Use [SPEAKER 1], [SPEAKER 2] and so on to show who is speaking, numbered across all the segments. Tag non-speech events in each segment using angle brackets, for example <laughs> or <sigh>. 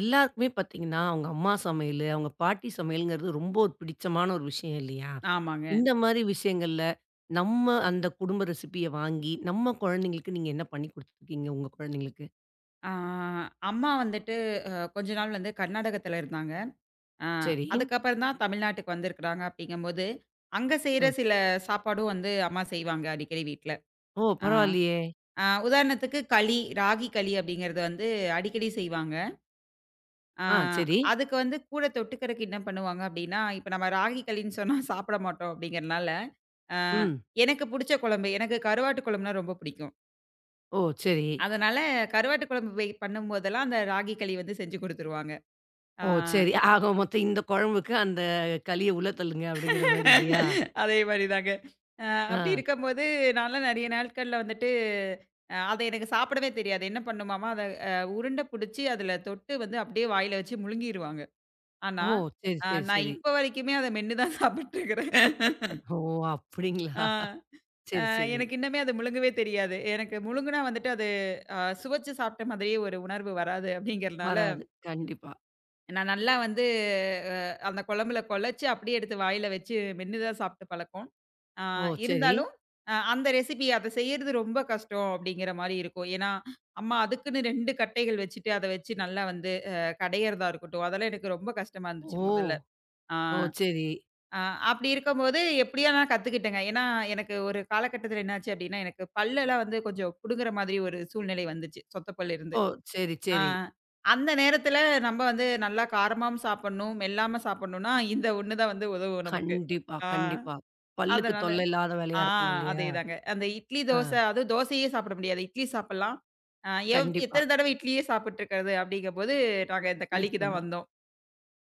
[SPEAKER 1] எல்லாருக்குமே பார்த்தீங்கன்னா, அவங்க அம்மா சமையலு, அவங்க பாட்டி சமையலுங்கிறது ரொம்ப ஒரு பிடிச்சமான விஷயம் இல்லையா?
[SPEAKER 2] ஆமாங்க.
[SPEAKER 1] இந்த மாரி விஷயங்கள்ல, நம்ம அந்த குடும்ப ரெசிபிய வாங்கி, நம்ம குழந்தைங்களுக்கு நீங்க என்ன பண்ணி குடுத்துருக்கீங்க உங்க குழந்தைங்களுக்கு?
[SPEAKER 2] ஆ அம்மா வந்துட்டு கொஞ்ச நாள் வந்து கர்நாடகத்தில இருந்தாங்க. அ
[SPEAKER 1] சரி.
[SPEAKER 2] அதுக்கப்புறம் தான் தமிழ்நாட்டுக்கு வந்திருக்கிறாங்க அப்படிங்கும்போது, அங்க செய்ற
[SPEAKER 1] ம்.
[SPEAKER 2] சில சாப்பாடும் வந்து அம்மா செய்வாங்க அடிக்கடி வீட்ல.
[SPEAKER 1] ஓ!
[SPEAKER 2] ஆ
[SPEAKER 1] பரவாயில்லையே!
[SPEAKER 2] அ உதாரணத்துக்கு களி, ராகி களி அப்படிங்கிறது வந்து அடிக்கடி செய்வாங்க. ஆ
[SPEAKER 1] ஆ, சரி.
[SPEAKER 2] அதுக்கு வந்து கூட தொட்டுக்கிறக்கு என்ன பண்ணுவாங்க அப்படின்னா, இப்ப நம்ம ராகி களின்னு சொன்னா சாப்பிட மாட்டோம் அப்படிங்கிறனால, அ
[SPEAKER 1] ம்.
[SPEAKER 2] எனக்கு புடிச்ச குழம்பு எனக்கு கருவாட்டு குழம்புனா ரொம்ப பிடிக்கும்.
[SPEAKER 1] ஓ! சரி.
[SPEAKER 2] அதனால கருவாட்டு குழம்பு வை பண்ணும்போதெல்லாம் அந்த ராகி களி வந்து செஞ்சு குடுத்துருவாங்க. ஆ.
[SPEAKER 1] ஓ! சரி. ஆக மொத்தம் இந்த குழம்புக்கு அந்த களிய உள்ள தள்ளுங்க அப்படிங்கிற மாரி இல்லையா?
[SPEAKER 2] <laughs> அதே மாரி தாங்க. அ
[SPEAKER 1] ஆ.
[SPEAKER 2] அப்படி இருக்கும்போது, நான்லாம் நெறைய நாட்கள்ல வந்துட்டு, அத எனக்கு சாப்பிடவே தெரியாது. என்ன பண்ணுமாமா, அத அ உருண்ட புடிச்சு அதில தொட்டு வந்து அப்படியே வாயில வச்சு முழுங்கிருவாங்க. ஆனா,
[SPEAKER 1] ஓ! சரி, சரி,
[SPEAKER 2] நான்
[SPEAKER 1] சரி.
[SPEAKER 2] இப்ப வரைக்குமே அத மென்னு தான் சாப்பிட்டுருக்கிறேன்.
[SPEAKER 1] ஓ!
[SPEAKER 2] ஆ.
[SPEAKER 1] அப்படிங்களா?
[SPEAKER 2] அ
[SPEAKER 1] சரி, சரி.
[SPEAKER 2] எனக்கு இன்னமே அது முழுங்கவே தெரியாது. எனக்கு முழுங்குனா வந்துட்டு அது அ சுவைச்சு சாப்பிட்ட மாதிரியே ஒரு உணர்வு வராது அப்படிங்கிறனால
[SPEAKER 1] வராது. கண்டிப்பா.
[SPEAKER 2] நான் நல்லா வந்து அ அந்த குழம்புல குழச்சு, அப்படியே எடுத்து வாயில வச்சு மென்னு தான் சாப்பிட்டு பழக்கம். ஆ
[SPEAKER 1] ஓ! சரி.
[SPEAKER 2] இருந்தாலும், அந்த ரெசிபி அத செய்யறது ரொம்ப கஷ்டம் அப்படிங்கிற மாரி இருக்கும். ஏன்னா, அம்மா அதுக்குன்னு 2 கட்டைகள் வச்சுட்டு, அத வச்சு நல்லா வந்து கடையறதா இருக்கட்டும், அதெல்லாம் எனக்கு ரொம்ப கஷ்டமா இருந்துச்சு
[SPEAKER 1] ஓ!
[SPEAKER 2] முதல்ல. ஆ
[SPEAKER 1] ஓ! சரி.
[SPEAKER 2] அ அப்படி இருக்கும்போது எப்படியோ நான் கத்துக்கிட்டேங்க. ஏன்னா, எனக்கு ஒரு காலகட்டத்தில என்னாச்சு அப்படின்னா, எனக்கு பல்லெல்லாம் வந்து கொஞ்சம் புடுங்குற மாதிரி ஒரு சூழ்நிலை வந்துச்சு, சொத்த பல் இருந்து.
[SPEAKER 1] ஓ! சரி,
[SPEAKER 2] ஆ.
[SPEAKER 1] சரி.
[SPEAKER 2] அந்த நேரத்துல நம்ம வந்து நல்லா காரமாவும் சாப்பிடணும், மெல்லாம சாப்பிடணும்னா, இந்த ஒண்ணு தான் வந்து உதவும் நமக்கு.
[SPEAKER 1] கண்டிப்பா,
[SPEAKER 2] ஆ
[SPEAKER 1] கண்டிப்பா. பல்லுக்கு
[SPEAKER 2] அதனால
[SPEAKER 1] தொல்லை இல்லாத
[SPEAKER 2] ஆ
[SPEAKER 1] வேலையா இருக்கணும் இல்லையா?
[SPEAKER 2] அதேதாங்க. அந்த இட்லி,
[SPEAKER 1] ஆ.
[SPEAKER 2] தோசை அதுவும் தோசையே சாப்பிட முடியாது. இட்லி சாப்பிடலாம். அ எவ்
[SPEAKER 1] கண்டிப்பா.
[SPEAKER 2] எத்தன தடவ இட்லியே சாப்பிட்டுருக்கிறது அப்படிங்கும்போது, நாங்க இந்த களிக்கு தான்
[SPEAKER 1] நிச்சயமா.
[SPEAKER 2] வந்தோம்.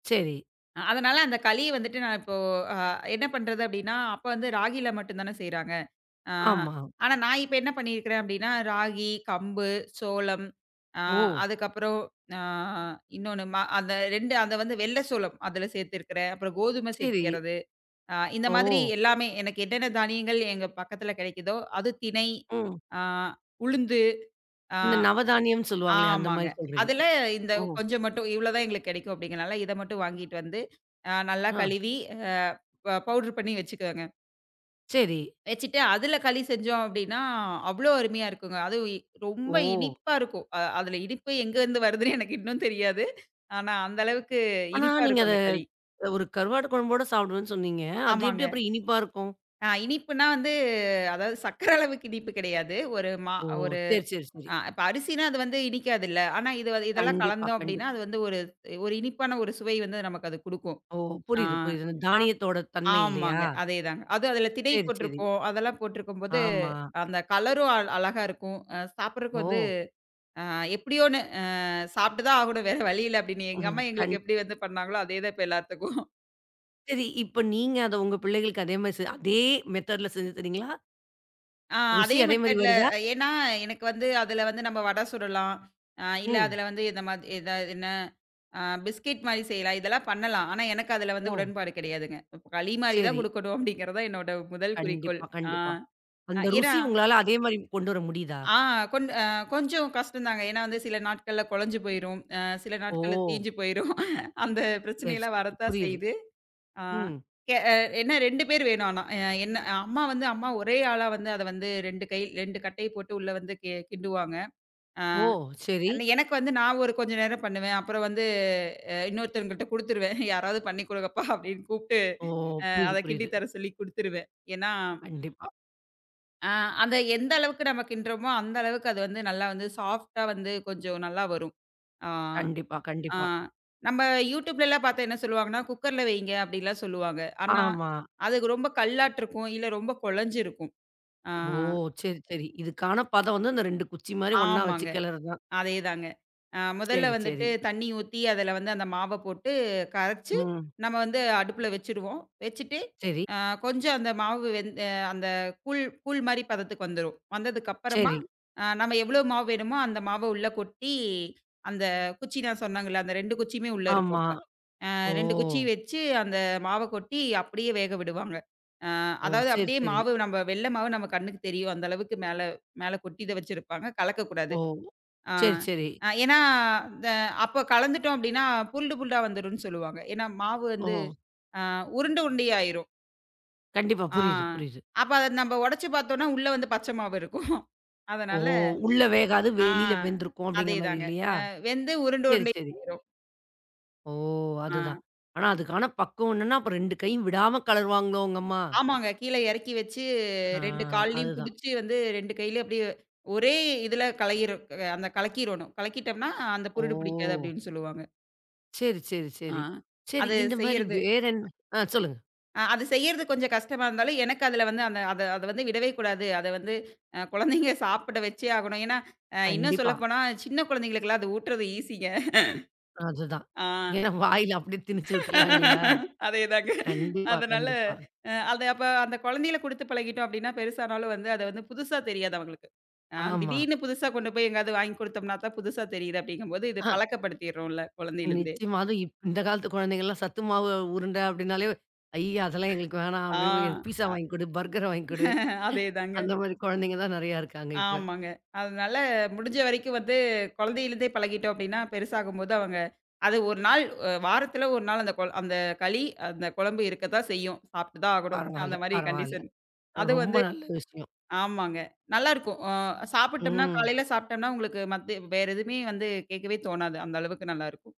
[SPEAKER 1] சரி.
[SPEAKER 2] அதனால அந்த களி வந்துட்டு நான் இப்போ அ என்ன பண்றது அப்டின்னா, அப்ப வந்து ராகில மட்டும் தானே செய்றாங்க. ஆ
[SPEAKER 1] ஆமா.
[SPEAKER 2] ஆனா நான் இப்ப என்ன பண்ணியிருக்கிறேன் அப்டின்னா, ராகி, கம்பு, சோளம், அ
[SPEAKER 1] ஓ!
[SPEAKER 2] அதுக்கப்புறம் அ இன்னொன்னு அந்த 2 அத வந்து வெள்ள சோளம் அதுல சேர்த்திருக்கிறேன். அப்புறம் கோதுமை
[SPEAKER 1] சரி.
[SPEAKER 2] சேர்த்திக்கிறது. இந்த மாதிரி
[SPEAKER 1] ஓ!
[SPEAKER 2] எல்லாமே எனக்கு என்னென்ன தானியங்கள் எங்க பக்கத்துல கிடைக்குதோ, அது திணை,
[SPEAKER 1] ம்.
[SPEAKER 2] அ உளுந்து, அ
[SPEAKER 1] இந்த நவதானியம் சொல்லுவாங்களே, அந்த
[SPEAKER 2] ஆமாங்க.
[SPEAKER 1] மாரி சொல்றீங்க.
[SPEAKER 2] அதுல இந்த
[SPEAKER 1] ஓ!
[SPEAKER 2] கொஞ்சம் மட்டும் இவ்வளோ தான் எங்களுக்கு கிடைக்கும் அப்படிங்கிறனால, இத மட்டும் வாங்கிட்டு வந்து நல்லா
[SPEAKER 1] ஆ.
[SPEAKER 2] கழுவி, அ ப பவுடர் பண்ணி வச்சுக்குவேங்க.
[SPEAKER 1] சரி.
[SPEAKER 2] வச்சுட்டு அதுல களி செஞ்சோம் அப்படின்னா, அவ்வளோ அருமையா இருக்குங்க. அதுவும் ரொம்ப
[SPEAKER 1] ஓ!
[SPEAKER 2] இனிப்பா இருக்கும். அதுல இனிப்பு எங்கருந்து வருதுன்னு எனக்கு இன்னும் தெரியாது. ஆனா அந்த அளவுக்கு
[SPEAKER 1] ஆனா
[SPEAKER 2] இனிப்பா
[SPEAKER 1] நீங்க
[SPEAKER 2] இருக்கும்
[SPEAKER 1] அத
[SPEAKER 2] அந்த களி.
[SPEAKER 1] ஒரு கருவாடு குழம்போட சாப்பிடுவேன்னு சொன்னீங்க. அது எப்படி
[SPEAKER 2] ஆமாங்க.
[SPEAKER 1] அப்புறம் இனிப்பா இருக்கும்?
[SPEAKER 2] இனிப்புனா வந்து அதாவது சர்க்கரை அளவுக்கு இனிப்பு கிடையாது. ஒரு மா
[SPEAKER 1] ஓ!
[SPEAKER 2] ஒரு
[SPEAKER 1] சரி, சரி, சரி.
[SPEAKER 2] இப்ப அரிசினா அது வந்து இனிக்காதுல்ல. ஆனா இது வ இதெல்லாம்
[SPEAKER 1] கண்டிப்பா,
[SPEAKER 2] கலந்தோம் அப்டின்னா,
[SPEAKER 1] கண்டிப்
[SPEAKER 2] அது வந்து ஒரு ஒரு இனிப்பான ஒரு சுவை வந்து நமக்கு அது குடுக்கும்.
[SPEAKER 1] ஓ!
[SPEAKER 2] ஆ
[SPEAKER 1] புரியுது, புரியுது. அந்த தானியத்தோட தன்மை
[SPEAKER 2] ஆமாங்க.
[SPEAKER 1] இல்லையா?
[SPEAKER 2] அதேதாங்க. அதுவும் அதுல திணை
[SPEAKER 1] சரி, சரி.
[SPEAKER 2] போட்டிருப்போம். அதெல்லாம் போட்டிருக்கும்போது,
[SPEAKER 1] ஆமா.
[SPEAKER 2] அந்த கலரும் அழகா இருக்கும். சாப்பிடுறதுக்கு
[SPEAKER 1] ஓ!
[SPEAKER 2] வந்து அ எப்டியோன்னு அ சாப்பிட்டு தான் ஆகணும். வேற வழி இல்ல அப்டின்னு எங்க
[SPEAKER 1] ம்.
[SPEAKER 2] அம்மா எங்களுக்கு எப்டி வந்து பண்ணாங்களோ, அதே தான் இப்ப எல்லாத்துக்கும்.
[SPEAKER 1] சரி. இப்ப நீங்க அத உங்க பிள்ளைகளுக்கு அதே மாரி செ அதே மெத்தட்ல செஞ்சு தர்றீங்களா?
[SPEAKER 2] ஆ அதே
[SPEAKER 1] ருசி அதே மாரி
[SPEAKER 2] மெத்தேட்ல
[SPEAKER 1] வருதா?
[SPEAKER 2] ஏன்னா, எனக்கு வந்து அதுல வந்து நம்ம வடை சுடலாம். இல்ல
[SPEAKER 1] ம்.
[SPEAKER 2] அதுல வந்து இந்த மாதிரி ஏதாவது என்ன பிஸ்கெட் மாரி செய்யலாம். இதெல்லாம் பண்ணலாம். ஆனா, எனக்கு அதுல வந்து
[SPEAKER 1] ஓ!
[SPEAKER 2] உடன்பாடு கிடையாதுங்க. இப்ப களி மாரி தான்
[SPEAKER 1] சரி.
[SPEAKER 2] குடுக்கணும் அப்படிங்கிறது தான் என்னோட முதல் குறிக்கோள்.
[SPEAKER 1] கண்டிப்பா,
[SPEAKER 2] ஆ
[SPEAKER 1] கண்டிப்பா.
[SPEAKER 2] ஆ,
[SPEAKER 1] அந்த
[SPEAKER 2] ஏன்னா
[SPEAKER 1] ருசி உங்களால அதே மாரி கொண்டு வர முடியுதா?
[SPEAKER 2] ஆ கொஞ் அ கொஞ்சம் கஷ்டம்தாங்க. ஏன்னா வந்து சில நாட்கள்ல குழஞ்சு போயிரும். சில
[SPEAKER 1] ஓ!
[SPEAKER 2] நாட்கள்ல தீஞ்சு போயிரும். <laughs> அந்த
[SPEAKER 1] சரி,
[SPEAKER 2] பிரச்சனையெல்லாம்
[SPEAKER 1] சரி.
[SPEAKER 2] வரத்தான்
[SPEAKER 1] புரியுது.
[SPEAKER 2] செய்யுது. ஆ
[SPEAKER 1] ம்.
[SPEAKER 2] கெ அ என்ன 2 பேர் வேணும் ஆனா. அ என்ன அம்மா வந்து ஒரே ஆளா வந்து அத வந்து 2 கை 2 கட்டை போட்டு உள்ள வந்து கிண்டுவாங்க. ஆ.
[SPEAKER 1] ஓ! சரி.
[SPEAKER 2] அன்ன எனக்கு வந்து நான் ஒரு கொஞ்ச நேரம் பண்ணுவேன். அப்புறம் வந்து இன்னொருத்தவங்கள்ட்ட குடுத்துருவேன். <laughs> யாராவது பண்ணி குடுங்கப்பா அப்படின்னு கூப்ட்டு,
[SPEAKER 1] ஓ! புரியுது,
[SPEAKER 2] அத கிண்டி
[SPEAKER 1] புரியுது.
[SPEAKER 2] தர சொல்லி குடுத்துருவேன். ஏன்னா,
[SPEAKER 1] கண்டிப்பா,
[SPEAKER 2] அ அந்த எந்த அளவுக்கு நம்ம கிண்டுறோமோ, அந்த அளவுக்கு அது வந்து நல்லா வந்து சாஃப்ட்டா வந்து கொஞ்சம் நல்லா வரும். ஆ,
[SPEAKER 1] கண்டிப்பா,
[SPEAKER 2] ஆ
[SPEAKER 1] கண்டிப்பா.
[SPEAKER 2] நம்ம யூடியூப்லலாம் பார்த்தா என்ன சொல்லுவாங்கன்னா, குக்கர்ல வைங்க அப்படிலாம் சொல்லுவாங்க. ஆனா,
[SPEAKER 1] ஆமா.
[SPEAKER 2] அது ரொம்ப கல்லாட்டு இருக்கும். இல்ல ரொம்ப குழஞ்சு இருக்கும். ஆ,
[SPEAKER 1] ஓ! சரி, சரி. இதுக்கான பதம் வந்து அந்த 2 குச்சி மாரி ஒண்ணா வச்சு
[SPEAKER 2] ஆமாங்க.
[SPEAKER 1] கிளறது தான்.
[SPEAKER 2] அதேதாங்க. முதல்ல
[SPEAKER 1] சரி,
[SPEAKER 2] வந்துட்டு
[SPEAKER 1] சரி.
[SPEAKER 2] தண்ணி ஊத்தி, அதில வந்து அந்த மாவ போட்டு கரைச்சு,
[SPEAKER 1] ம்.
[SPEAKER 2] நம்ம வந்து அடுப்புல வச்சுருவோம். வச்சுட்டு,
[SPEAKER 1] சரி,
[SPEAKER 2] அ கொஞ்சம் அந்த மாவு வெந்த அந்த கூழ் கூழ் மாரி பதத்துக்கு வந்துரும். வந்ததுக்கப்புறமா,
[SPEAKER 1] சரி.
[SPEAKER 2] நம்ம எவ்வளோ மாவு வேணுமோ, அந்த மாவ உள்ள கொட்டி, அந்த குச்சி நான் சொன்னேங்கல்ல, அந்த 2 குச்சியுமே உள்ள இருக்கும்
[SPEAKER 1] ஆமா.
[SPEAKER 2] அப்ப.
[SPEAKER 1] ஓ!
[SPEAKER 2] 2 குச்சி வச்சு, அந்த மாவ கொட்டி அப்படியே வேக விடுவாங்க. அ
[SPEAKER 1] ஓ!
[SPEAKER 2] அதாவது
[SPEAKER 1] சரி,
[SPEAKER 2] அப்படியே
[SPEAKER 1] சரி.
[SPEAKER 2] மாவு நம்ம வெள்ள மாவு நம்ம கண்ணுக்கு தெரியும். அந்த அளவுக்கு மேல மேல கொட்டி தான் வச்சிருப்பாங்க. கலக்கக்கூடாது.
[SPEAKER 1] ஓ!
[SPEAKER 2] ஆ.
[SPEAKER 1] சரி, சரி.
[SPEAKER 2] ஏன்னா, த அப்போ கலந்துட்டோம் அப்டின்னா, புருண்டு புருண்டா வந்துரும்ன்னு சொல்லுவாங்க. ஏன்னா, மாவு
[SPEAKER 1] ஓ!
[SPEAKER 2] வந்து அ உருண்ட உருண்டையாயிரும்.
[SPEAKER 1] கண்டிப்பா.
[SPEAKER 2] ஆ.
[SPEAKER 1] புரியுது, புரியுது.
[SPEAKER 2] அப்ப அத நம்ம உடைச்சு பார்த்தோம்னா, உள்ள வந்து பச்சை மாவு இருக்கும்.
[SPEAKER 1] ஓ!
[SPEAKER 2] அதனால
[SPEAKER 1] உள்ள வேகாது,
[SPEAKER 2] ஆ
[SPEAKER 1] வெளியில வெந்திருக்கும் அப்படிங்கிற மாரி
[SPEAKER 2] அதேதாங்க.
[SPEAKER 1] இல்லையா?
[SPEAKER 2] வெந்து உருண்ட
[SPEAKER 1] சரி, சரி.
[SPEAKER 2] உருண்டையாயிரும்.
[SPEAKER 1] ஓ!
[SPEAKER 2] ஆ.
[SPEAKER 1] அதுதான். ஆனா, அதுக்கான பக்குவம் என்னன்னா, அப்ப 2 கையும் விடாம கலருவாங்களோ உங்க அம்மா?
[SPEAKER 2] ஆமாங்க. கீழ இறக்கி வச்சு
[SPEAKER 1] ஆ,
[SPEAKER 2] 2 கால்லயும்
[SPEAKER 1] அதுதான்.
[SPEAKER 2] புடிச்சு வந்து 2 கையிலயும் அப்டியே ஒரே இதுல கலையிரும் அந்த கலக்கிரணும். கலக்கிட்டோம்னா, அந்த புருடு பிடிக்காது
[SPEAKER 1] ஓ!
[SPEAKER 2] அப்டின்னு சொல்லுவாங்க.
[SPEAKER 1] சரி, சரி,
[SPEAKER 2] ஆ.
[SPEAKER 1] சரி. சரி,
[SPEAKER 2] அது
[SPEAKER 1] இந்த மாரி
[SPEAKER 2] செய்யறது
[SPEAKER 1] வேற என்ன? ஆ, சொல்லுங்க.
[SPEAKER 2] அது செய்யறது கொஞ்சம் கஷ்டமா இருந்தாலும், எனக்கு அதுல வந்து அந்த அத அத வந்து விடவே கூடாது. அத வந்து குழந்தைங்க சாப்பிட வச்சே ஆகணும். ஏன்னா, இன்னும்
[SPEAKER 1] கண்டிப்பா.
[SPEAKER 2] சொல்லப்போனா சின்ன குழந்தைங்களுக்கெல்லாம் அது ஊட்டுறது ஈஸிங்க.
[SPEAKER 1] அதுதான்.
[SPEAKER 2] ஆ
[SPEAKER 1] ஏன்னா வாயில அப்படியே திணிச்சு விட்டுறலாம் இல்லையா?
[SPEAKER 2] அதேதாங்க.
[SPEAKER 1] கண்டிப்பா,
[SPEAKER 2] அதனால
[SPEAKER 1] கண்டிப்பா.
[SPEAKER 2] அது அப்ப அந்த குழந்தையில குடுத்து பழகிட்டோம் அப்படின்னா, பெருசானாலும் வந்து அது வந்து புதுசா தெரியாது அவங்களுக்கு.
[SPEAKER 1] ஆமா.
[SPEAKER 2] திடீர்னு புதுசா கொண்டு போய் எங்கேயாவது வாங்கி குடுத்தோம்னா தான் புதுசா தெரியுது அப்படிங்கும்போது, இது பழக்கப்படுத்திர்றோம்ல குழந்தையிலேருந்தே.
[SPEAKER 1] நிச்சயமா. அதுவும் இந்த காலத்து குழந்தைங்கலாம் சத்து மாவு உருண்டை அப்படின்னாலே, ஐய! அதெல்லாம் எங்களுக்கு வேணாம்,
[SPEAKER 2] ஆ
[SPEAKER 1] அப்படி எனக்கு பீஸா வாங்கி குடு, பர்கர வாங்கி குடு.
[SPEAKER 2] அதேதாங்க.
[SPEAKER 1] அந்த மாரி குழந்தைங்க தான் நெறையா இருக்காங்க இப்ப.
[SPEAKER 2] ஆமாங்க. அதனால முடிஞ்ச வரைக்கும் வந்து குழந்தையிலருந்தே பழகிட்டோம் அப்டின்னா, பெருசாகும்போது அவங்க அது ஒரு நாள் வாரத்துல ஒரு நாள் அந்த கொள் அந்த களி, அந்த குழம்பு இருக்க தான் செய்யும். சாப்ட்டு தான் ஆகணும்.
[SPEAKER 1] பரவால்ல,
[SPEAKER 2] அந்த மாரி
[SPEAKER 1] பரவால்ல.
[SPEAKER 2] கண்டிஷன். அது
[SPEAKER 1] ரொம்ப
[SPEAKER 2] வந்து
[SPEAKER 1] நல்ல விஷயம்.
[SPEAKER 2] ஆமாங்க. நல்லாருக்கும். சாப்பிட்டோம்னா
[SPEAKER 1] ம்.
[SPEAKER 2] காலையில சாப்ட்டோம்னா உங்களுக்கு மத்த வேற எதுவுமே வந்து கேட்கவே தோணாது. அந்த அளவுக்கு நல்லாருக்கும்.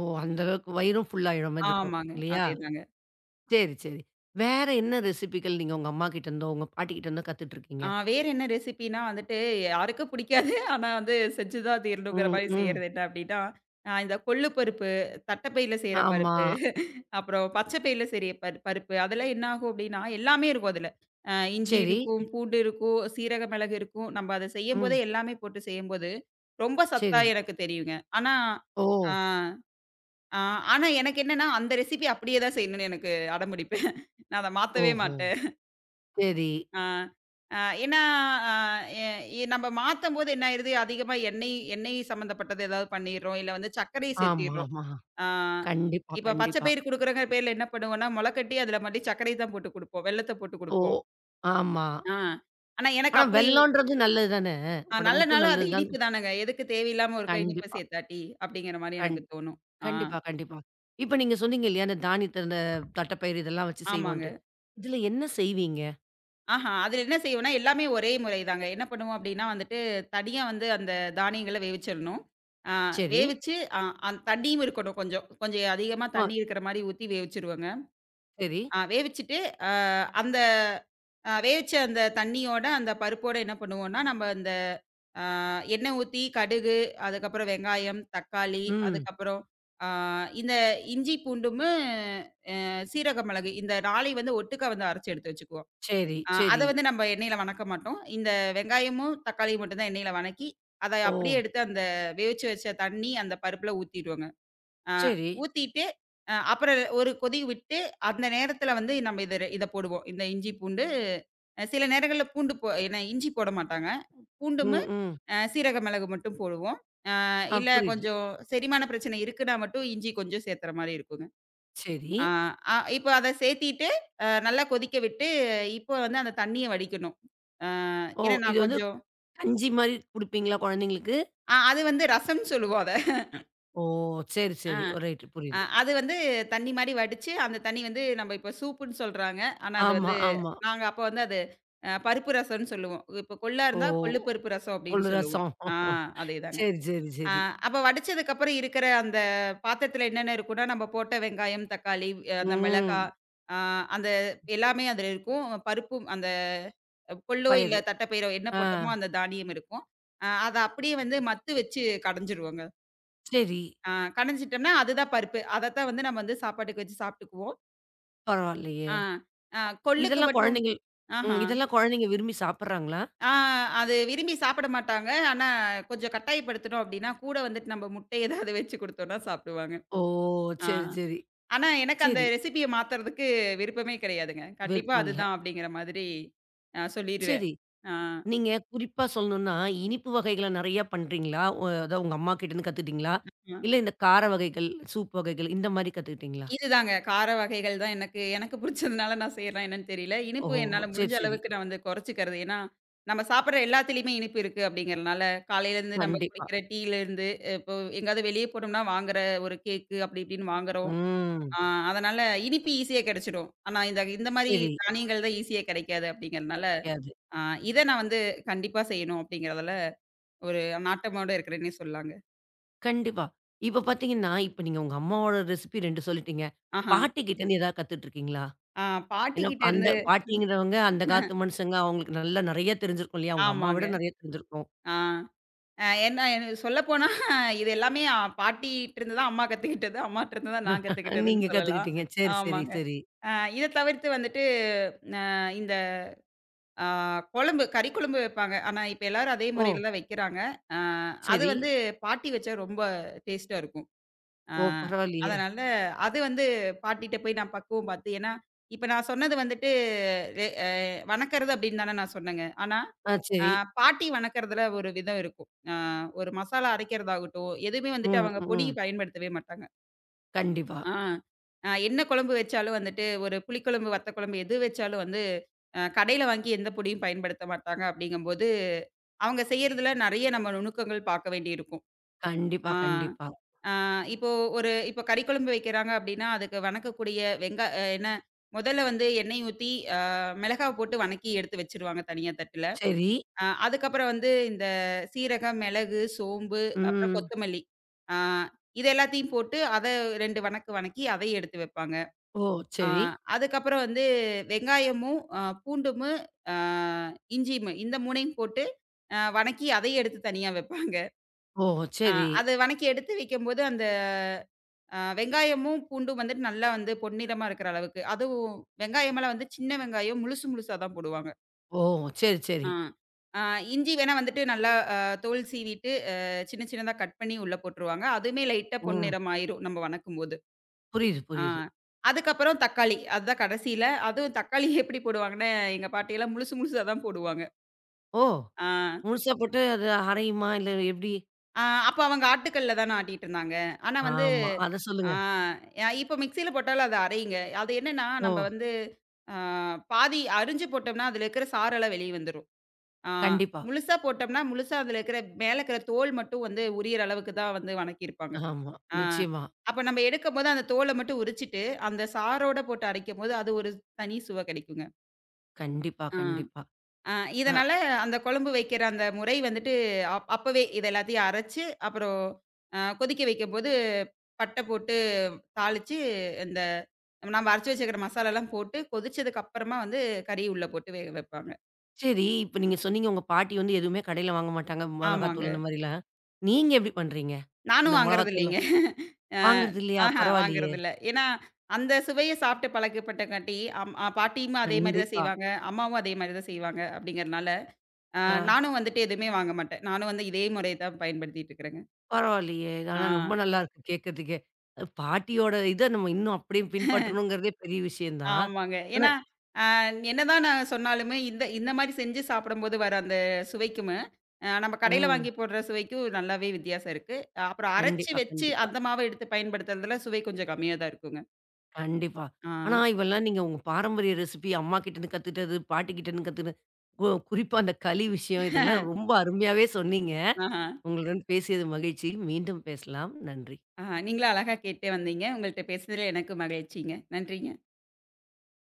[SPEAKER 1] ஓ! அந்த அளவுக்கு வயிறும் ஃபுல் ஆயிடுற மாரி இருக்கும்.
[SPEAKER 2] ஆமாங்க.
[SPEAKER 1] இல்லையா?
[SPEAKER 2] அதேதாங்க.
[SPEAKER 1] சரி, சரி. வேற என்ன ரெசிபிகள் நீங்க உங்க அம்மா கிட்ட இருந்தோ, உங்க பாட்டி கிட்ட இருந்தோ கத்துட்டு இருக்கீங்க?
[SPEAKER 2] வேற என்ன ரெசிபினா வந்துட்டு யாருக்கும் பிடிக்காது. <laughs> ஆனா வந்து செஞ்சு தான் தீரணுங்கிற
[SPEAKER 1] ம்,
[SPEAKER 2] மாரி
[SPEAKER 1] ம்.
[SPEAKER 2] செய்றது என்ன அப்டின்னா, இந்த கொள்ளு பருப்பு, தட்டப்பையில செய்ற
[SPEAKER 1] ஆமா.
[SPEAKER 2] பருப்பு அப்புறம் பச்சை பயிர்ல சரி பருப்பு. அதெல்லாம் என்ன ஆகும் அப்டின்னா, எல்லாமே இருக்கும் அதுல. இஞ்சி
[SPEAKER 1] சரி.
[SPEAKER 2] இருக்கும், பூண்டு இருக்கும், சீரக மிளகு இருக்கும். நம்ம அத செய்யும்போதே
[SPEAKER 1] ம்.
[SPEAKER 2] எல்லாமே போட்டு செய்யும்போது, ரொம்ப சத்தா
[SPEAKER 1] சரி.
[SPEAKER 2] எனக்கு தெரியுங்க. ஆனா
[SPEAKER 1] ஓ!
[SPEAKER 2] ஆ ஆ ஆனா எனக்கு என்னன்னா, அந்த ரெசிபி அப்படியே தான் செய்யணும்னு எனக்கு அடம்பிடிப்பு. நான் அத மாத்தவே
[SPEAKER 1] ஓஹோ!
[SPEAKER 2] மாட்டேன்.
[SPEAKER 1] சரி.
[SPEAKER 2] ஆ அ ஏன்னா, அ எ எ நம்ம மாத்தம்போது என்ன ஆயிருது, அதிகமா எண்ணெய் எண்ணெய் சம்மந்தப்பட்டது ஏதாவது பண்ணிர்றோம். இல்ல வந்து சர்க்கரைய
[SPEAKER 1] ஆமா,
[SPEAKER 2] சேர்த்திர்றோம்.
[SPEAKER 1] ஆமா.
[SPEAKER 2] ஆ.
[SPEAKER 1] கண்டிப்பா,
[SPEAKER 2] இப்ப பச்சை
[SPEAKER 1] கண்டிப்பா.
[SPEAKER 2] பயிறு குடுக்குறோங்கிற பேர்ல என்ன பண்ணுவோம்னா, மொளக்கட்டி அதில மறுபடி சர்க்கரை தான் போட்டு குடுப்போம். வெல்லத்த போட்டு
[SPEAKER 1] ஓ!
[SPEAKER 2] குடுப்போம்.
[SPEAKER 1] ஆமா.
[SPEAKER 2] ஆ. ஆனா எனக்கு
[SPEAKER 1] ஆனா
[SPEAKER 2] அப்படி
[SPEAKER 1] வெல்லம்ன்றது நல்லது தானே!
[SPEAKER 2] நல்ல
[SPEAKER 1] உடம்புக்கும்
[SPEAKER 2] நாளும் அது
[SPEAKER 1] நல்லது தான்.
[SPEAKER 2] இனிப்பு தானங்க. எதுக்கு தேவையில்லாம ஒருக்கா இனிப்பு
[SPEAKER 1] கண்டிப்பா.
[SPEAKER 2] சேத்தாட்டி? அப்படிங்கிற மாரி
[SPEAKER 1] கண்
[SPEAKER 2] எனக்கு தோணும். ஆ.
[SPEAKER 1] கண்டிப்பா, கண்டிப்பா. இப்ப நீங்க சொன்னீங்க இல்லையா, அந்த தானியத்த அந்த தட்டப்பயிறு இதெல்லாம் வச்சு
[SPEAKER 2] ஆமாங்க.
[SPEAKER 1] செய்வோன்ட்டு. இதுல என்ன செய்வீங்க?
[SPEAKER 2] ஆஹா. அதில என்ன செய்வோம்னா, எல்லாமே ஒரே முறை தாங்க. என்ன பண்ணுவோம் அப்படின்னா வந்துட்டு, தனியா வந்து அந்த தானியங்கள வேவிச்சிரணும். ஆ
[SPEAKER 1] சரி.
[SPEAKER 2] வேவிச்சு அ அந் தண்ணியும் இருக்கணும் கொஞ்சம். கொஞ்சம் அதிகமா
[SPEAKER 1] ஆ,
[SPEAKER 2] தண்ணி இருக்கிற மாரி ஊத்தி வேவிச்சுருவேங்க.
[SPEAKER 1] சரி.
[SPEAKER 2] வேவிச்சுட்டு, அ அந்த அ வேவிச்ச அந்த தண்ணியோட, அந்த பருப்போட என்ன பண்ணுவோம்னா, நம்ம அந்த அ எண்ணெய் ஊத்தி, கடுகு, அதுக்கப்புறம் வெங்காயம், தக்காளி,
[SPEAKER 1] ம்.
[SPEAKER 2] அதுக்கப்புறம் அ இந்த இஞ்சி பூண்டுமு, சீரக மிளகு இந்த 4 ஐயும் வந்து ஒட்டுக்கா வந்து அரைச்சு எடுத்து வச்சுக்குவோம்.
[SPEAKER 1] சரி,
[SPEAKER 2] அத
[SPEAKER 1] சரி.
[SPEAKER 2] வந்து நம்ம எண்ணெயில வணக்க மாட்டோம். இந்த வெங்காயமும், தக்காளியும் மட்டும் தான் எண்ணெயில வணக்கி, அத
[SPEAKER 1] ஓ!
[SPEAKER 2] அப்படியே எடுத்து அந்த வேவிச்சு வச்ச தண்ணி அந்த பருப்புல ஊத்திருவோங்க. அ
[SPEAKER 1] சரி.
[SPEAKER 2] ஊத்திட்டு, அப்புறம் ஒரு கொதி விட்டு, அந்த நேரத்தில வந்து நம்ம இத போடுவோம். இந்த இஞ்சி, பூண்டு சில நேரங்கள்ல பூண்டு போ ஏன்னா இஞ்சி போட மாட்டாங்க. பூண்டுமு,
[SPEAKER 1] ம், ம்.
[SPEAKER 2] சீரக மிளகு மட்டும் போடுவோம்.
[SPEAKER 1] ஆ,
[SPEAKER 2] இல்ல
[SPEAKER 1] புரியுது.
[SPEAKER 2] கொஞ்சம் செரிமான பிரச்சனை இருக்குன்னா மட்டும் இஞ்சி கொஞ்சம் சேத்துற மாரி இருக்குங்க.
[SPEAKER 1] சரி.
[SPEAKER 2] ஆ அ இப்போ அத சேத்திட்டு, நல்லா கொதிக்க விட்டு, இப்போ வந்து அந்த தண்ணிய வடிக்கணும். அ
[SPEAKER 1] ஓ!
[SPEAKER 2] ஏன்னா
[SPEAKER 1] இது
[SPEAKER 2] நான்
[SPEAKER 1] வந்து
[SPEAKER 2] கொஞ்சம்
[SPEAKER 1] கஞ்சி மாரி குடுப்பீங்களா குழந்தைங்களுக்கு?
[SPEAKER 2] அது வந்து ரசம்ன்னு சொல்லுவோம் அத.
[SPEAKER 1] ஓ! சரி,
[SPEAKER 2] அ.
[SPEAKER 1] சரி. ஓ, ரைட், புரியுது.
[SPEAKER 2] அது வந்து தண்ணி மாரி வடிச்சு, அந்த தண்ணி வந்து நம்ம இப்ப சூப்புன்னு சொல்றாங்க. ஆனா அது
[SPEAKER 1] ஆமா,
[SPEAKER 2] வந்து
[SPEAKER 1] ஆமா.
[SPEAKER 2] நாங்க அப்ப வந்து அது பருப்பு ரசம்ன்னு சொல்லுவோம். இப்ப கொள்ளா
[SPEAKER 1] ஓ!
[SPEAKER 2] இருந்தா கொள்ளு பருப்பு ரசம் அப்படின்னு
[SPEAKER 1] கொள்ளு
[SPEAKER 2] சொல்லுவோம்.
[SPEAKER 1] ரசம்.
[SPEAKER 2] ஆ அதேதாங்க.
[SPEAKER 1] சரி, சரி,
[SPEAKER 2] அ
[SPEAKER 1] சரி.
[SPEAKER 2] அப்ப வடிச்சதுக்கப்புறம் இருக்கிற அந்த பாத்திரத்துல என்னென்ன இருக்கும்னா, நம்ம போட்ட வெங்காயம், தக்காளி, அந்த மிளகா,
[SPEAKER 1] ம்.
[SPEAKER 2] அ அந்த எல்லாமே அதுல இருக்கும். பருப்பும் அந்த கொள்ளோ இல்ல
[SPEAKER 1] பயிறு.
[SPEAKER 2] தட்டப்பயிரோ என்ன
[SPEAKER 1] ஆ.
[SPEAKER 2] போட்டோமோ அந்த தானியம் இருக்கும். அத அப்படியே வந்து மத்து வச்சு கடைஞ்சிருவோங்க.
[SPEAKER 1] சரி.
[SPEAKER 2] அ கடைஞ்சிட்டோம்னா அதுதான் பருப்பு. அதத்தான் வந்து நம்ம வந்து சாப்பாட்டுக்கு வச்சு சாப்பிட்டுக்குவோம்.
[SPEAKER 1] பரவாயில்லையே!
[SPEAKER 2] ஆ, ஆ கொள்ளுக்கு
[SPEAKER 1] இதெல்லாம்
[SPEAKER 2] மட்டும்
[SPEAKER 1] குழந்தைகள் ம்.
[SPEAKER 2] ஆஹா.
[SPEAKER 1] இதெல்லாம் குழந்தைங்க விரும்பி சாப்பிடுறாங்களா?
[SPEAKER 2] ஆ அது விரும்பி சாப்பிட மாட்டாங்க. ஆனா, கொஞ்சம் கட்டாயப்படுத்துனோம் அப்படின்னா, கூட வந்துட்டு நம்ம முட்டை ஏதாவது வச்சு குடுத்தோம்னா சாப்பிடுவாங்க.
[SPEAKER 1] ஓ!
[SPEAKER 2] ஆ.
[SPEAKER 1] சரி, சரி.
[SPEAKER 2] ஆனா, எனக்கு அந்த
[SPEAKER 1] சரி.
[SPEAKER 2] ரெசிபிய மாத்துறதுக்கு விருப்பமே கிடையாதுங்க. கண்டிப்பா
[SPEAKER 1] விருப்பம் இல்ல.
[SPEAKER 2] அதுதான் அப்படிங்கிற மாதிரி சொல்லிருவேன்.
[SPEAKER 1] சரி. நீங்க குறிப்பா சொல்லணும்னா, இனிப்பு வகைகள நெறையா பண்றீங்களா? அதான் உங்க அம்மா கிட்டேருந்து கத்துக்கிட்டீங்களா?
[SPEAKER 2] ஆ.
[SPEAKER 1] இல்ல இந்த கார வகைகள், சூப் வகைகள் இந்த மாரி கத்துக்கிட்டீங்களா?
[SPEAKER 2] இதுதாங்க. கார வகைகள் தான் எனக்கு எனக்கு புடிச்சதுனால நான் செய்றனா என்னன்னு தெரியல. இனிப்பு
[SPEAKER 1] ஓஹோ!
[SPEAKER 2] என்னால ம்.
[SPEAKER 1] சரி,
[SPEAKER 2] முடிஞ்ச
[SPEAKER 1] சரி.
[SPEAKER 2] அளவுக்கு நான் வந்து கொறைச்சுக்கிறது. ஏன்னா, நம்ம சாப்பிடுற எல்லாத்துலயுமே இனிப்பு இருக்கு அப்படிங்கிறனால, காலையிலேருந்து நம்ம
[SPEAKER 1] கண்டிப்பா.
[SPEAKER 2] குடிக்கிற டீலேருந்து, இப்போ எங்கேயாவது வெளியே போனோம்னா வாங்குற ஒரு கேக்கு அப்படி இப்படின்னு வாங்குறோம்.
[SPEAKER 1] ம்.
[SPEAKER 2] ஆ அதனால இனிப்பு ஈஸியா கெடைச்சிடும். ஆனா இந்த இந்த மாரி
[SPEAKER 1] சரி.
[SPEAKER 2] தானியங்கள் தான் ஈஸியா கெடைக்காது அப்படிங்கிறனால,
[SPEAKER 1] பழிக்காது.
[SPEAKER 2] ஆ இத நான் வந்து கண்டிப்பா செய்யணும் அப்படிங்கிறதுல ஒரு நாட்டமோட இருக்கிறேன்னே சொல்லலாங்க.
[SPEAKER 1] கண்டிப்பா. இப்ப பார்த்தீங்கன்னா, இப்ப நீங்க உங்க அம்மாவோட ரெசிபி 2 சொல்லிட்டீங்க.
[SPEAKER 2] ஆஹா!
[SPEAKER 1] பாட்டி கிட்டேருந்து ஏதாவது கத்துட்டுருக்கீங்களா?
[SPEAKER 2] ஆ
[SPEAKER 1] ஏன்னா, அந்த
[SPEAKER 2] பாட்டிகிட்டேருந்து
[SPEAKER 1] பாட்டிங்கிறவங்க அந்த காலத்து மனுஷங்க. அவங்களுக்கு நல்லா நெறைய தெரிஞ்சிருக்கும் இல்லையா? உங்க அம்மாவ
[SPEAKER 2] ஆமாங்க.
[SPEAKER 1] விட நெறைய தெரிஞ்சிருக்கும்.
[SPEAKER 2] ஆ. என்ன என சொல்லப்போனா இது எல்லாமே பாட்டிட்டருந்து தான் அம்மா கத்துக்கிட்டது. அம்மாட்டருந்து தான் நான்
[SPEAKER 1] <laughs>
[SPEAKER 2] கத்துக்கிட்டதுன்னு
[SPEAKER 1] நீங்க
[SPEAKER 2] சொல்லலாம்.
[SPEAKER 1] கத்துக்கிட்டீங்க. சரி, சரி,
[SPEAKER 2] ஆமாங்க.
[SPEAKER 1] சரி.
[SPEAKER 2] அ இத தவிர்த்து வந்துட்டு அ இந்த அ குழம்பு, கறி குழம்பு வைப்பாங்க. ஆனா இப்ப எல்லாரும் அதே
[SPEAKER 1] ஓ!
[SPEAKER 2] முறையில தான் வைக்கிறாங்க. அ அது
[SPEAKER 1] சரி.
[SPEAKER 2] வந்து பாட்டி வச்சா ரொம்ப டேஸ்ட்டா இருக்கும். அ
[SPEAKER 1] ஓ! பரவாயில்லையே!
[SPEAKER 2] அதனால அது வந்து பாட்டிட்ட போய் நான் பக்குவம் பார்த்து ஏன்னா, இப்ப நான் சொன்னது வந்துட்டு ரெ அ வணக்கறது அப்படின்னு தானே நான் சொன்னேங்க. ஆனா
[SPEAKER 1] ஆ,
[SPEAKER 2] ஆ
[SPEAKER 1] சரி.
[SPEAKER 2] பாட்டி வணக்கறதுல ஒரு விதம் இருக்கும். ஒரு மசாலா அரைக்கிறதாகட்டும், எதுவுமே வந்துட்டு
[SPEAKER 1] ம்,
[SPEAKER 2] அவங்க பொடி
[SPEAKER 1] ம்.
[SPEAKER 2] பயன்படுத்தவே மாட்டாங்க.
[SPEAKER 1] கண்டிப்பா.
[SPEAKER 2] ஆ அ என்ன குழம்பு வச்சாலும் வந்துட்டு, ஒரு புளிக்குழம்பு, வத்த குழம்பு எது வச்சாலும் வந்து கடையில வாங்கி எந்த பொடியும் பயன்படுத்த மாட்டாங்க அப்படிங்கும்போது, அவங்க செய்யறதுல நெறைய நம்ம நுணுக்கங்கள் பார்க்க வேண்டியிருக்கும்.
[SPEAKER 1] கண்டிப்பா,
[SPEAKER 2] ஆ
[SPEAKER 1] கண்டிப்பா.
[SPEAKER 2] ஆ இப்போ இப்போ கறிக்குழம்பு வைக்கிறாங்க அப்படின்னா, அதுக்கு வணக்கக்கூடிய வெங்கா அ என்ன முதல்ல வந்து எண்ணெய் ஊத்தி, அ மிளகாய் போட்டு வணக்கி எடுத்து வச்சுருவாங்க தனியா தட்டுல.
[SPEAKER 1] சரி.
[SPEAKER 2] அதுக்கப்புறம் வந்து இந்த சீரகம், மிளகு, சோம்பு, அப்புறம்
[SPEAKER 1] ம்.
[SPEAKER 2] கொத்தமல்லி. ஆ இது எல்லாத்தையும் போட்டு அத 2 வணக்கி அதையும் எடுத்து வைப்பாங்க.
[SPEAKER 1] ஓ!
[SPEAKER 2] ஆ
[SPEAKER 1] சரி.
[SPEAKER 2] அதுக்கப்புறம் வந்து வெங்காயமும், பூண்டுமு, அ இஞ்சியுமு இந்த 3யும் போட்டு வணக்கி அதையும் எடுத்து தனியா வைப்பாங்க.
[SPEAKER 1] ஓ!
[SPEAKER 2] அ
[SPEAKER 1] சரி.
[SPEAKER 2] அத வணக்கி எடுத்து வைக்கும்போது அந்த வெங்காயமும், பூண்டும் வந்துட்டு நல்லா வந்து பொன்னிறமா இருக்கிற அளவுக்கு. அதுவும் வெங்காயமெல்லாம் வந்து சின்ன வெங்காயம் முழுசு முழுசா தான் போடுவாங்க.
[SPEAKER 1] ஓ! சரி,
[SPEAKER 2] ஆ.
[SPEAKER 1] சரி.
[SPEAKER 2] ஆ இஞ்சி வேணா வந்துட்டு நல்லா தோல் சீவிட்டு சின்ன சின்னதா கட் பண்ணி உள்ள போட்டுருவாங்க. அதுவுமே லைட்டா
[SPEAKER 1] ம்.
[SPEAKER 2] பொன்னிறம் ஆயிரும் நம்ம வணக்கும்போது.
[SPEAKER 1] புரியுது,
[SPEAKER 2] ஆ.
[SPEAKER 1] புரியுது.
[SPEAKER 2] அதுக்கப்புறம் தக்காளி. அதுதான் கடைசியில. அதுவும் தக்காளி <laughs> எப்படி போடுவாங்கன்னா, எங்க பாட்டியெல்லாம் முழுசு முழுசா தான் போடுவாங்க.
[SPEAKER 1] ஓ!
[SPEAKER 2] ஆ.
[SPEAKER 1] முழுசா போட்டு அது அரையுமா? இல்ல எப்படி?
[SPEAKER 2] ஆ அப்ப அவங்க ஆட்டுக்கல்ல தான ஆட்டிட்டுருந்தாங்க. ஆனா வந்து
[SPEAKER 1] ஆமா. அத
[SPEAKER 2] ஆ
[SPEAKER 1] சொல்லுங்க.
[SPEAKER 2] இப்ப மிக்ஸியில போட்டாலும் அத அரையுங்க. அது என்னன்னா
[SPEAKER 1] ஓ!
[SPEAKER 2] நம்ம வந்து ஆ பாதி அரிஞ்சு போட்டோம்னா, அதுல இருக்கிற சாறெல்லாம் வெளிய வந்துரும். ஆ
[SPEAKER 1] கண்டிப்பா.
[SPEAKER 2] முழுசா போட்டோம்னா, முழுசா அதுல இருக்கிற மேல இருக்கிற தோல் மட்டும் வந்து உரியிற அளவுக்கு தான் வந்து வணக்கியிருப்பாங்க.
[SPEAKER 1] ஆமா.
[SPEAKER 2] ஆ.
[SPEAKER 1] நிச்சயமா.
[SPEAKER 2] அப்ப நம்ம எடுக்கும்போது அந்த தோல மட்டும் உரிச்சுட்டு, அந்த சாரோட போட்டு அரைக்கும்போது, அது ஒரு தனி சுவை கிடைக்குங்க.
[SPEAKER 1] கண்டிப்பா,
[SPEAKER 2] ஆ.
[SPEAKER 1] கண்டிப்பா.
[SPEAKER 2] ஆ
[SPEAKER 1] அ
[SPEAKER 2] இதனால அந்த குழம்பு வைக்கிற அந்த முறை வந்துட்டு, அப்பவே இது எல்லாத்தையும் அரைச்சு, அப்புறம் கொதிக்க வைக்கும்போது, பட்டை போட்டு தாளிச்சு, இந்த நம்ம அரைச்சு வச்சுக்கிற மசாலாலாம் போட்டு, கொதிச்சதுக்கு அப்புறமா வந்து கறி உள்ள போட்டு வேக வைப்பாங்க.
[SPEAKER 1] சரி. இப்ப நீங்க சொன்னீங்க உங்க பாட்டி வந்து எதுவுமே கடையில வாங்க மாட்டாங்க.
[SPEAKER 2] ஆமாங்க.
[SPEAKER 1] மொளகாத்தூள் இந்த மாரிலாம். நீங்க எப்படி பண்றீங்க?
[SPEAKER 2] நானும்
[SPEAKER 1] இந்த
[SPEAKER 2] வாங்குறது இல்லைங்க.
[SPEAKER 1] மொளகாத்தூள்லாம்
[SPEAKER 2] அ
[SPEAKER 1] வாங்குறது இல்லையா?
[SPEAKER 2] ஆஹா
[SPEAKER 1] பரவாயில்லையே.
[SPEAKER 2] வாங்குறதில்ல. ஏன்னா, அந்த சுவைய சாப்பிட்டு பழக்கப்பட்டங்காட்டி, அம் அ பாட்டியும் அதே மாரி தான்
[SPEAKER 1] கண்டிப்பா.
[SPEAKER 2] செய்வாங்க. அம்மாவும் அதே மாரி தான் செய்வாங்க அப்படிங்கிறனால, அ
[SPEAKER 1] ஆ,
[SPEAKER 2] நானும் வந்துட்டு எதுவுமே வாங்க மாட்டேன். நானும் வந்து இதே முறைய தான் பயன்படுத்திட்டு இருக்கிறேங்க.
[SPEAKER 1] பரவாயில்லையே.
[SPEAKER 2] ஆ
[SPEAKER 1] ஆனா ரொம்ப நல்லா இருக்கு கேட்கறதுக்கே. அ பாட்டியோட இத நம்ம இன்னும் அப்படியே பின்பற்றணுங்கிறதே பெரிய விஷயம் தான்.
[SPEAKER 2] ஆமாங்க.
[SPEAKER 1] ஆனா
[SPEAKER 2] ஏன்னா, அ என்னதான் நான் சொன்னாலுமே, இந்த இந்த மாரி செஞ்சு சாப்பிடும்போது வர அந்த சுவைக்குமே, நம்ம கடையில
[SPEAKER 1] ம்.
[SPEAKER 2] வாங்கி போடுற சுவைக்கும் நல்லாவே வித்தியாசம் இருக்கு. அப்புறம் அரைச்சு
[SPEAKER 1] கண்டிப்பா,
[SPEAKER 2] வச்சு
[SPEAKER 1] கண்டிப்பா,
[SPEAKER 2] அந்த மாவ எடுத்து பயன்படுத்துறதுல சுவை கொஞ்சம் கம்மியா தான் இருக்குங்க.
[SPEAKER 1] கண்டிப்பா.
[SPEAKER 2] ஆ.
[SPEAKER 1] ஆனா இவெல்லாம் நீங்க உங்க பாரம்பரிய ரெசிபி அம்மா கிட்டேருந்து கத்துக்கிட்டது, பாட்டி கிட்டேருந்து கத்துக்கிட்டது, குறிப்பா அந்த களி விஷயம் இதெல்லாம்
[SPEAKER 2] <laughs>
[SPEAKER 1] ரொம்ப அருமையாவே சொன்னீங்க.
[SPEAKER 2] ஆஹா.
[SPEAKER 1] உங்களுடன் பேசியது மகிழ்ச்சி. மீண்டும் பேசலாம். நன்றி.
[SPEAKER 2] ஆ நீங்களும் அழகா கேட்டே வந்தீங்க. உங்கள்ட்ட பேசுனதுல எனக்கு மகிழ்ச்சிங்க. நன்றிங்க.